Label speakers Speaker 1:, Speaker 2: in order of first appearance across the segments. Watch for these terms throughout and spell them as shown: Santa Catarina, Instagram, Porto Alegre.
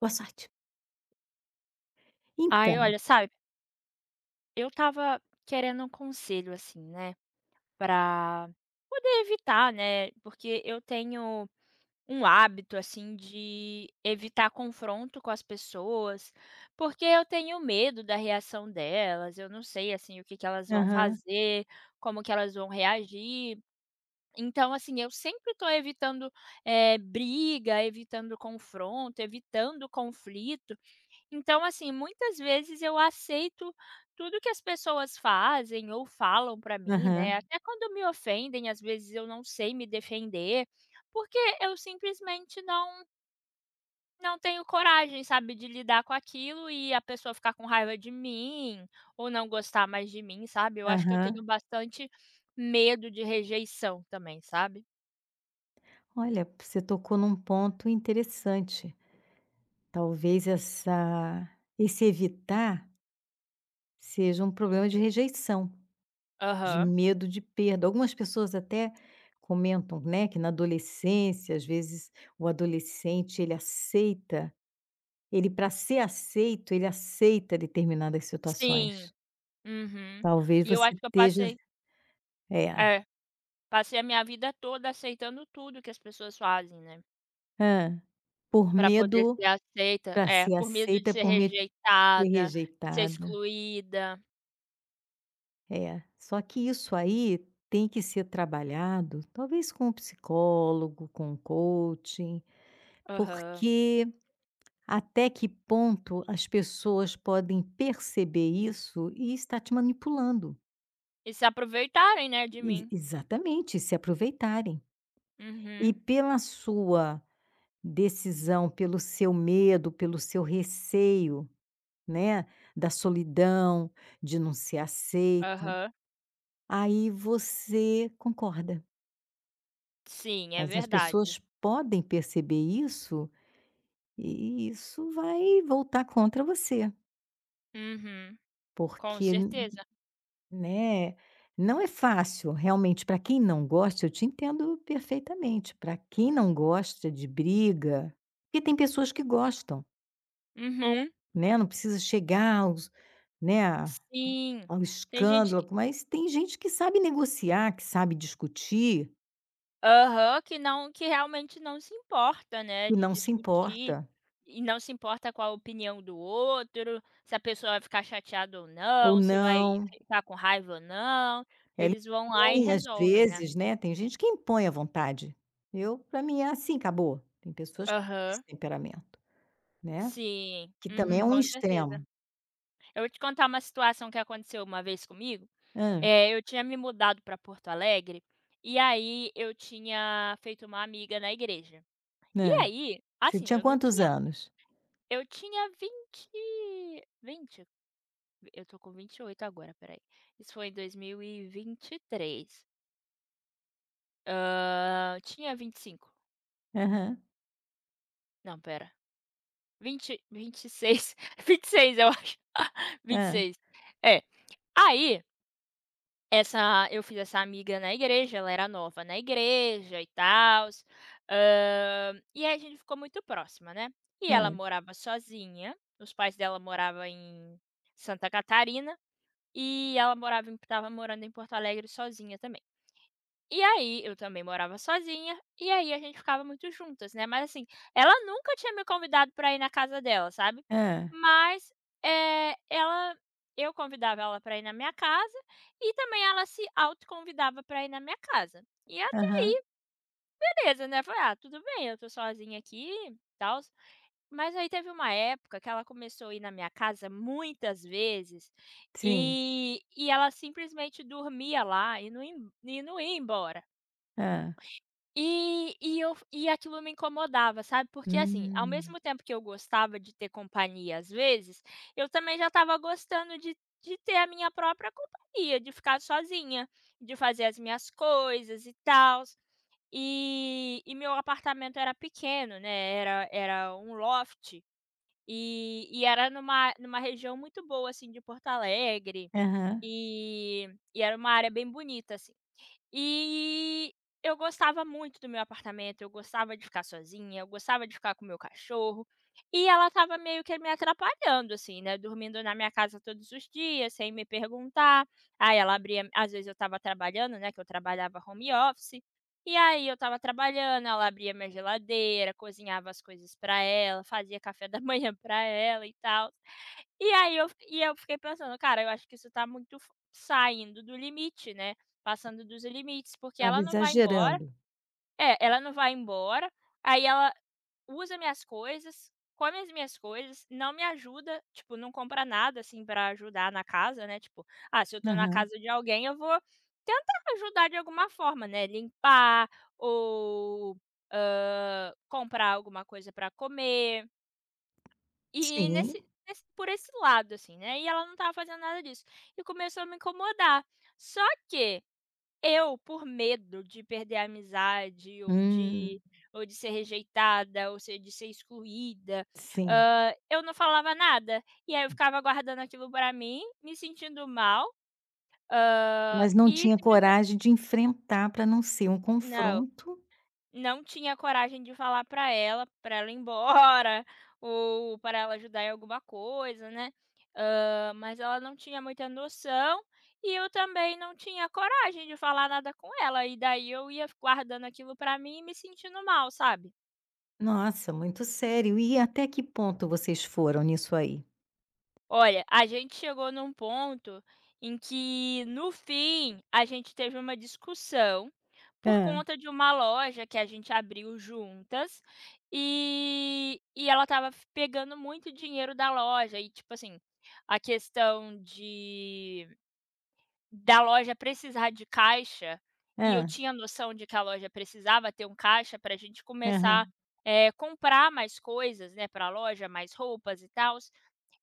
Speaker 1: Boa sorte.
Speaker 2: Ai,
Speaker 1: Então.
Speaker 2: olha, sabe, eu estava querendo um conselho, assim, né, pra poder evitar, né, porque eu tenho um hábito, assim, de evitar confronto com as pessoas, porque eu tenho medo da reação delas, eu não sei, assim, o que que elas vão
Speaker 1: Aham,
Speaker 2: fazer, como que elas vão reagir. Então, assim, eu sempre estou evitando, briga, evitando confronto, evitando conflito. Então, assim, muitas vezes eu aceito tudo que as pessoas fazem ou falam para mim,
Speaker 1: aham,
Speaker 2: né, até quando me ofendem, às vezes eu não sei me defender, porque eu simplesmente não tenho coragem, sabe, de lidar com aquilo e a pessoa ficar com raiva de mim ou não gostar mais de mim, sabe. Eu acho que eu tenho
Speaker 1: aham.
Speaker 2: bastante medo de rejeição também, sabe.
Speaker 1: Olha, você tocou num ponto interessante. Talvez essa esse evitar seja um problema de rejeição, de
Speaker 2: Aham.
Speaker 1: medo de perda. Algumas pessoas até comentam, né, que na adolescência, às vezes, o adolescente ele para ser aceito, ele aceita determinadas
Speaker 2: Sim.
Speaker 1: situações.
Speaker 2: Uhum.
Speaker 1: Talvez
Speaker 2: E eu acho
Speaker 1: você
Speaker 2: que eu
Speaker 1: esteja
Speaker 2: passei
Speaker 1: é.
Speaker 2: é. Passei a minha vida toda aceitando tudo que as pessoas fazem, né,
Speaker 1: Hã. Por
Speaker 2: pra poder
Speaker 1: medo
Speaker 2: ser aceita
Speaker 1: Para
Speaker 2: é,
Speaker 1: ser
Speaker 2: por medo de
Speaker 1: aceita
Speaker 2: ser
Speaker 1: por medo de ser
Speaker 2: rejeitada, de ser
Speaker 1: rejeitada.
Speaker 2: excluída.
Speaker 1: É. Só que isso aí tem que ser trabalhado, talvez com um psicólogo, com um coaching,
Speaker 2: Aham.
Speaker 1: porque até que ponto as pessoas podem perceber isso e estar te manipulando.
Speaker 2: E se aproveitarem, né, de
Speaker 1: E
Speaker 2: mim.
Speaker 1: exatamente, se aproveitarem. E
Speaker 2: Uhum.
Speaker 1: pela sua decisão, pelo seu medo, pelo seu receio, né, da solidão, de não ser aceita.
Speaker 2: Aham.
Speaker 1: Aí você concorda,
Speaker 2: Sim, é
Speaker 1: mas as
Speaker 2: verdade.
Speaker 1: pessoas podem perceber isso, e isso vai voltar contra você,
Speaker 2: Uhum. Com
Speaker 1: porque,
Speaker 2: certeza.
Speaker 1: né, não é fácil, realmente, para quem não gosta, eu te entendo perfeitamente, para quem não gosta de briga porque tem pessoas que gostam,
Speaker 2: Uhum.
Speaker 1: né, não precisa chegar aos né, a
Speaker 2: Sim.
Speaker 1: ao
Speaker 2: Tem gente que
Speaker 1: escândalo, mas tem gente que sabe negociar, que sabe discutir,
Speaker 2: Aham, que não que realmente não se importa, né,
Speaker 1: que
Speaker 2: de
Speaker 1: não se
Speaker 2: discutir
Speaker 1: importa,
Speaker 2: e não se importa com a opinião do outro, se a pessoa vai ficar chateada ou
Speaker 1: ou
Speaker 2: não, se vai
Speaker 1: não.
Speaker 2: ficar com raiva ou não,
Speaker 1: Ela
Speaker 2: eles vão lá e
Speaker 1: impõe às
Speaker 2: resolvem, né.
Speaker 1: vezes, né, tem gente que impõe a vontade. Eu para mim é assim, acabou. Tem pessoas que têm
Speaker 2: Aham,
Speaker 1: esse temperamento, né,
Speaker 2: sim,
Speaker 1: que também é
Speaker 2: uhum,
Speaker 1: um
Speaker 2: com certeza.
Speaker 1: extremo.
Speaker 2: Eu vou te contar uma situação que aconteceu uma vez comigo,
Speaker 1: Hã,
Speaker 2: eu tinha me mudado para Porto Alegre, e aí eu tinha feito uma amiga na igreja. E
Speaker 1: hã.
Speaker 2: aí,
Speaker 1: Você
Speaker 2: assim,
Speaker 1: tinha
Speaker 2: eu não
Speaker 1: quantos
Speaker 2: tinha
Speaker 1: anos?
Speaker 2: eu tinha 20 20? Eu tô com 28 agora, peraí. Isso foi em 2023. Hã, tinha 25.
Speaker 1: Aham.
Speaker 2: Não, espera. 20, 26, 26, eu acho.
Speaker 1: Hã,
Speaker 2: 26. É. Aí, essa eu fiz essa amiga na igreja, ela era nova na igreja e tal, e aí a gente ficou muito próxima, né. E ela
Speaker 1: hã,
Speaker 2: morava sozinha, os pais dela moravam em Santa Catarina. E ela morava em estava morando em Porto Alegre sozinha também. E aí, eu também morava sozinha, e aí a gente ficava muito juntas, né, mas assim, ela nunca tinha me convidado pra ir na casa dela, sabe.
Speaker 1: hã.
Speaker 2: Mas, ela eu convidava ela pra ir na minha casa, e também ela se autoconvidava pra ir na minha casa. E a
Speaker 1: Aham.
Speaker 2: beleza, né, falei: "Ah, tudo bem, eu tô sozinha aqui, e tal." Mas aí teve uma época que ela começou a ir na minha casa muitas vezes,
Speaker 1: Sim.
Speaker 2: e ela simplesmente dormia lá e não ia embora.
Speaker 1: Hã.
Speaker 2: E eu e aquilo me incomodava, sabe, porque, assim, ao
Speaker 1: Hum.
Speaker 2: mesmo tempo que eu gostava de ter companhia às vezes, eu também já estava gostando de ter a minha própria companhia, de ficar sozinha, de fazer as minhas coisas e tal. E meu apartamento era pequeno, né, era um loft. E era numa numa região muito boa, assim, de Porto Alegre,
Speaker 1: Aham.
Speaker 2: e e era uma área bem bonita, assim. E eu gostava muito do meu apartamento, eu gostava de ficar sozinha, eu gostava de ficar com o meu cachorro. E ela estava meio que me atrapalhando, assim, né, dormindo na minha casa todos os dias, sem me perguntar. Aí ela abria às vezes eu estava trabalhando, né, que eu trabalhava home office, e aí eu estava trabalhando, ela abria minha geladeira, cozinhava as coisas pra ela, fazia café da manhã pra ela e tal. E aí eu e eu fiquei pensando: "Cara, eu acho que isso tá muito f saindo do limite, né, passando dos limites, porque
Speaker 1: Estava
Speaker 2: ela não vai embora."
Speaker 1: exagerando.
Speaker 2: É, ela não vai embora, aí ela usa minhas coisas, come as minhas coisas, não me ajuda, tipo, não compra nada, assim, pra ajudar na casa, né, tipo, ah, se eu tô na
Speaker 1: Aham.
Speaker 2: casa de alguém eu vou tentar ajudar de alguma forma, né, limpar ou, comprar alguma coisa pra comer. E
Speaker 1: Sim.
Speaker 2: nesse nesse por esse lado, assim, né, e ela não estava fazendo nada disso. E começou a me incomodar. Só que eu, por medo de perder a amizade
Speaker 1: Hum.
Speaker 2: ou de ser rejeitada ou se de ser excluída,
Speaker 1: Sim.
Speaker 2: eu não falava nada. E aí eu ficava guardando aquilo pra mim, me sentindo mal,
Speaker 1: Mas não
Speaker 2: e
Speaker 1: tinha
Speaker 2: simplesmente
Speaker 1: coragem de enfrentar para não ser um
Speaker 2: não.
Speaker 1: confronto.
Speaker 2: Não tinha coragem de falar para ela ir embora ou para ela ajudar em alguma coisa, né. Mas ela não tinha muita noção e eu também não tinha coragem de falar nada com ela, e daí eu ia guardando aquilo para mim e me sentindo mal, sabe?
Speaker 1: Nossa, muito sério. E até que ponto vocês foram nisso aí?
Speaker 2: Olha, a gente chegou num ponto em que, no fim, a gente teve uma discussão por
Speaker 1: Ah,
Speaker 2: conta de uma loja que a gente abriu juntas e ela estava f pegando muito dinheiro da loja e, tipo assim, a questão de da loja precisar de caixa, e eu
Speaker 1: ah,
Speaker 2: tinha noção de que a loja precisava ter um caixa para a gente começar,
Speaker 1: aham.
Speaker 2: comprar mais coisas, né, para a loja, mais roupas e tal.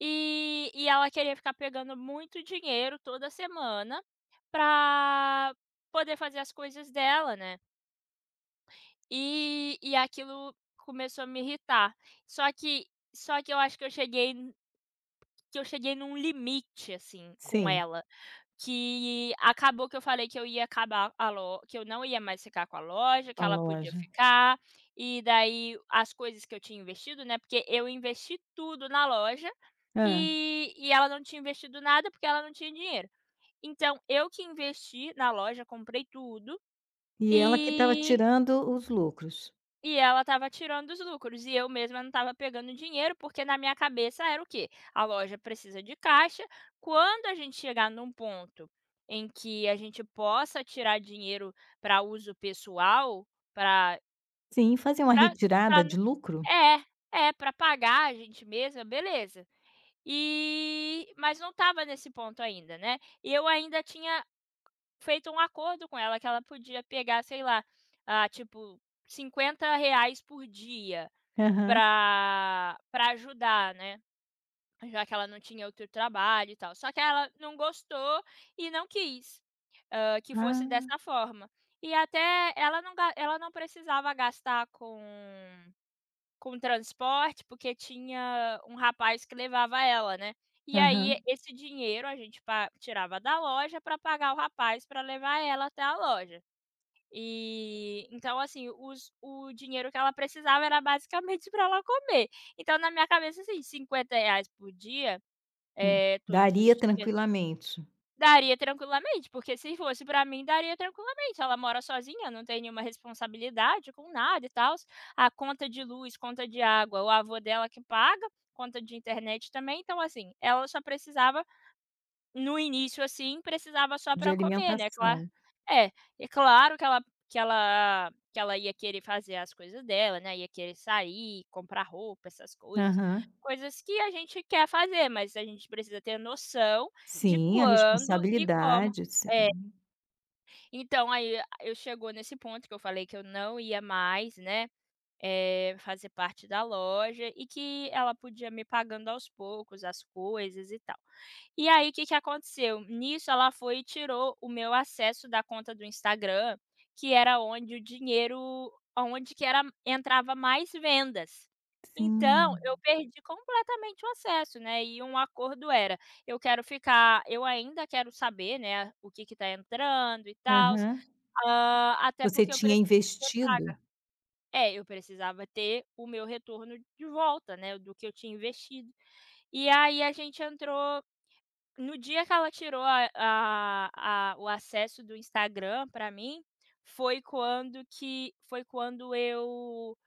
Speaker 2: E ela queria ficar pegando muito dinheiro toda semana pra poder fazer as coisas dela, né. E aquilo começou a me irritar. Só que só que eu acho que eu que eu cheguei num limite, assim, com
Speaker 1: Sim.
Speaker 2: ela. Que acabou que eu falei que eu ia acabar a lo que eu não ia mais ficar com a loja, que
Speaker 1: A
Speaker 2: ela podia
Speaker 1: loja.
Speaker 2: ficar, e daí as coisas que eu tinha investido, né, porque eu investi tudo na loja,
Speaker 1: Hã.
Speaker 2: e ela não tinha investido nada, porque ela não tinha dinheiro. Então eu que investi na loja, comprei tudo,
Speaker 1: E ela que estava
Speaker 2: e
Speaker 1: tirando os lucros?
Speaker 2: e ela estava tirando os lucros e eu mesma não estava pegando dinheiro, porque na minha cabeça era o quê? A loja precisa de caixa. Quando a gente chegar num ponto em que a gente possa tirar dinheiro para uso pessoal, para
Speaker 1: Sim, fazer uma retirada de lucro?
Speaker 2: é, é, para pagar a gente mesma, beleza. E mas não estava nesse ponto ainda, né. E eu ainda tinha feito um acordo com ela que ela podia pegar, sei lá, ah, tipo, R$ 50 por dia
Speaker 1: Aham.
Speaker 2: para para ajudar, né, já que ela não tinha outro trabalho e tal. Só que ela não gostou e não quis, que fosse
Speaker 1: Ah,
Speaker 2: dessa forma. E até ela não ga ela não precisava gastar com transporte, porque tinha um rapaz que levava ela, né. E aí
Speaker 1: aham.
Speaker 2: esse dinheiro a gente pa tirava da loja para pagar o rapaz para levar ela até a loja. E, então assim, os o dinheiro que ela precisava era basicamente para ela comer. Então na minha cabeça, assim, R$ 50 por dia,
Speaker 1: Hum.
Speaker 2: todos os
Speaker 1: Daria
Speaker 2: dias,
Speaker 1: tranquilamente.
Speaker 2: daria tranquilamente, porque se fosse para mim daria tranquilamente, ela mora sozinha, não tem nenhuma responsabilidade com nada e tal a conta de luz, conta de água, o avô dela que paga, conta de internet também, então assim, ela só precisava no início, assim, precisava só
Speaker 1: De
Speaker 2: para comer, né, cla
Speaker 1: alimentação.
Speaker 2: é, é claro que ela que ela que ela ia querer fazer as coisas dela, né, ia querer sair, comprar roupa, essas coisas,
Speaker 1: Aham.
Speaker 2: coisas que a gente quer fazer, mas a gente precisa ter noção de
Speaker 1: Sim, a
Speaker 2: quando e como.
Speaker 1: responsabilidade,
Speaker 2: É,
Speaker 1: sim.
Speaker 2: então aí eu chegou nesse ponto que eu falei que eu não ia mais, né, fazer parte da loja e que ela podia me pagando aos poucos as coisas e tal. E aí, o que que aconteceu? Nisso, ela foi e tirou o meu acesso da conta do Instagram, que era onde o dinheiro onde que era entrava mais vendas. Então, eu
Speaker 1: Sim.
Speaker 2: perdi completamente o acesso, né, e um acordo era: eu quero ficar eu ainda quero saber, né, o que que tá entrando e tal
Speaker 1: Aham.
Speaker 2: até
Speaker 1: Você
Speaker 2: porque eu
Speaker 1: tinha
Speaker 2: preciso ser
Speaker 1: investido?
Speaker 2: paga. É, eu precisava ter o meu retorno de volta, né, do que eu tinha investido. E aí a gente entrou no dia que ela tirou a o acesso do Instagram para mim, foi quando que foi quando eu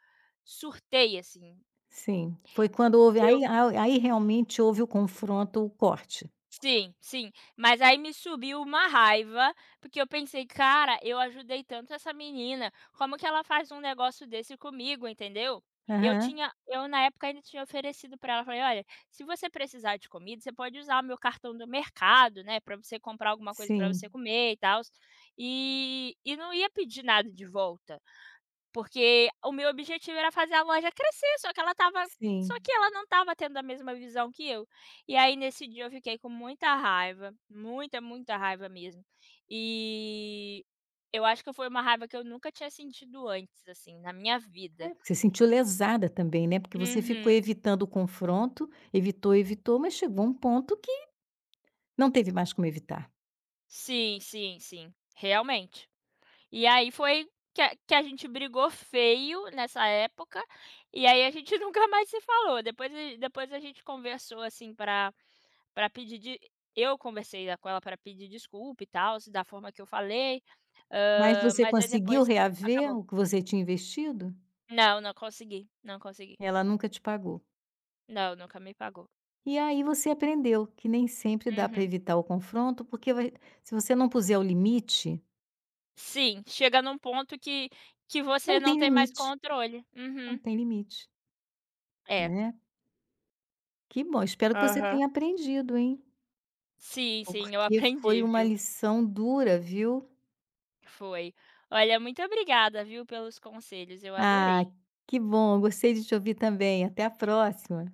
Speaker 2: surtei, assim.
Speaker 1: Sim, foi quando houve aí realmente houve o confronto, o corte.
Speaker 2: Sim, sim. Mas aí me subiu uma raiva, porque eu pensei: "Cara, eu ajudei tanto essa menina, como que ela faz um negócio desse comigo?", entendeu. Eu
Speaker 1: Aham.
Speaker 2: tinha eu na época ainda tinha oferecido para ela, falei: "Olha, se você precisar de comida, você pode usar o meu cartão do mercado, né, para você comprar alguma coisa para você
Speaker 1: Sim,
Speaker 2: comer e tal, e não ia pedir nada de volta." Porque o meu objetivo era fazer a loja crescer, só que ela estava só que
Speaker 1: sim.
Speaker 2: ela não estava tendo a mesma visão que eu. E aí nesse dia eu fiquei com muita raiva, muita, muita raiva mesmo. E eu acho que foi uma raiva que eu nunca tinha sentido antes, assim, na minha vida.
Speaker 1: É, porque você sentiu lesada também, né, porque você ficou
Speaker 2: Uhum.
Speaker 1: evitando o confronto, evitou, evitou, mas chegou um ponto que não teve mais como evitar.
Speaker 2: Sim, sim, sim, realmente. E aí foi que a gente brigou feio nessa época, e aí a gente nunca mais se falou. Depois a depois a gente conversou, assim, para para pedir de eu conversei com ela para pedir desculpa e tal se da forma que eu falei,
Speaker 1: Mas você
Speaker 2: mas aí
Speaker 1: conseguiu
Speaker 2: depois
Speaker 1: reaver
Speaker 2: acabou.
Speaker 1: o que você tinha investido?
Speaker 2: Não, não consegui, não consegui.
Speaker 1: Ela nunca te pagou.
Speaker 2: Não, nunca me pagou.
Speaker 1: E aí você aprendeu que nem sempre dá para
Speaker 2: Uhum.
Speaker 1: evitar o confronto, porque vai se você não puser o limite,
Speaker 2: Sim, chega num ponto que você
Speaker 1: não
Speaker 2: não
Speaker 1: tem
Speaker 2: tem mais
Speaker 1: limite,
Speaker 2: controle.
Speaker 1: não
Speaker 2: Uhum.
Speaker 1: tem limite,
Speaker 2: É.
Speaker 1: né. Que bom, espero que você
Speaker 2: Aham.
Speaker 1: tenha aprendido, hein,
Speaker 2: Sim, sim, eu
Speaker 1: porque foi
Speaker 2: aprendi,
Speaker 1: uma
Speaker 2: viu.
Speaker 1: lição dura, viu.
Speaker 2: Foi. Olha, muito obrigada, viu, pelos conselhos, eu
Speaker 1: Ah,
Speaker 2: adorei.
Speaker 1: que bom, gostei de te ouvir também, até a próxima.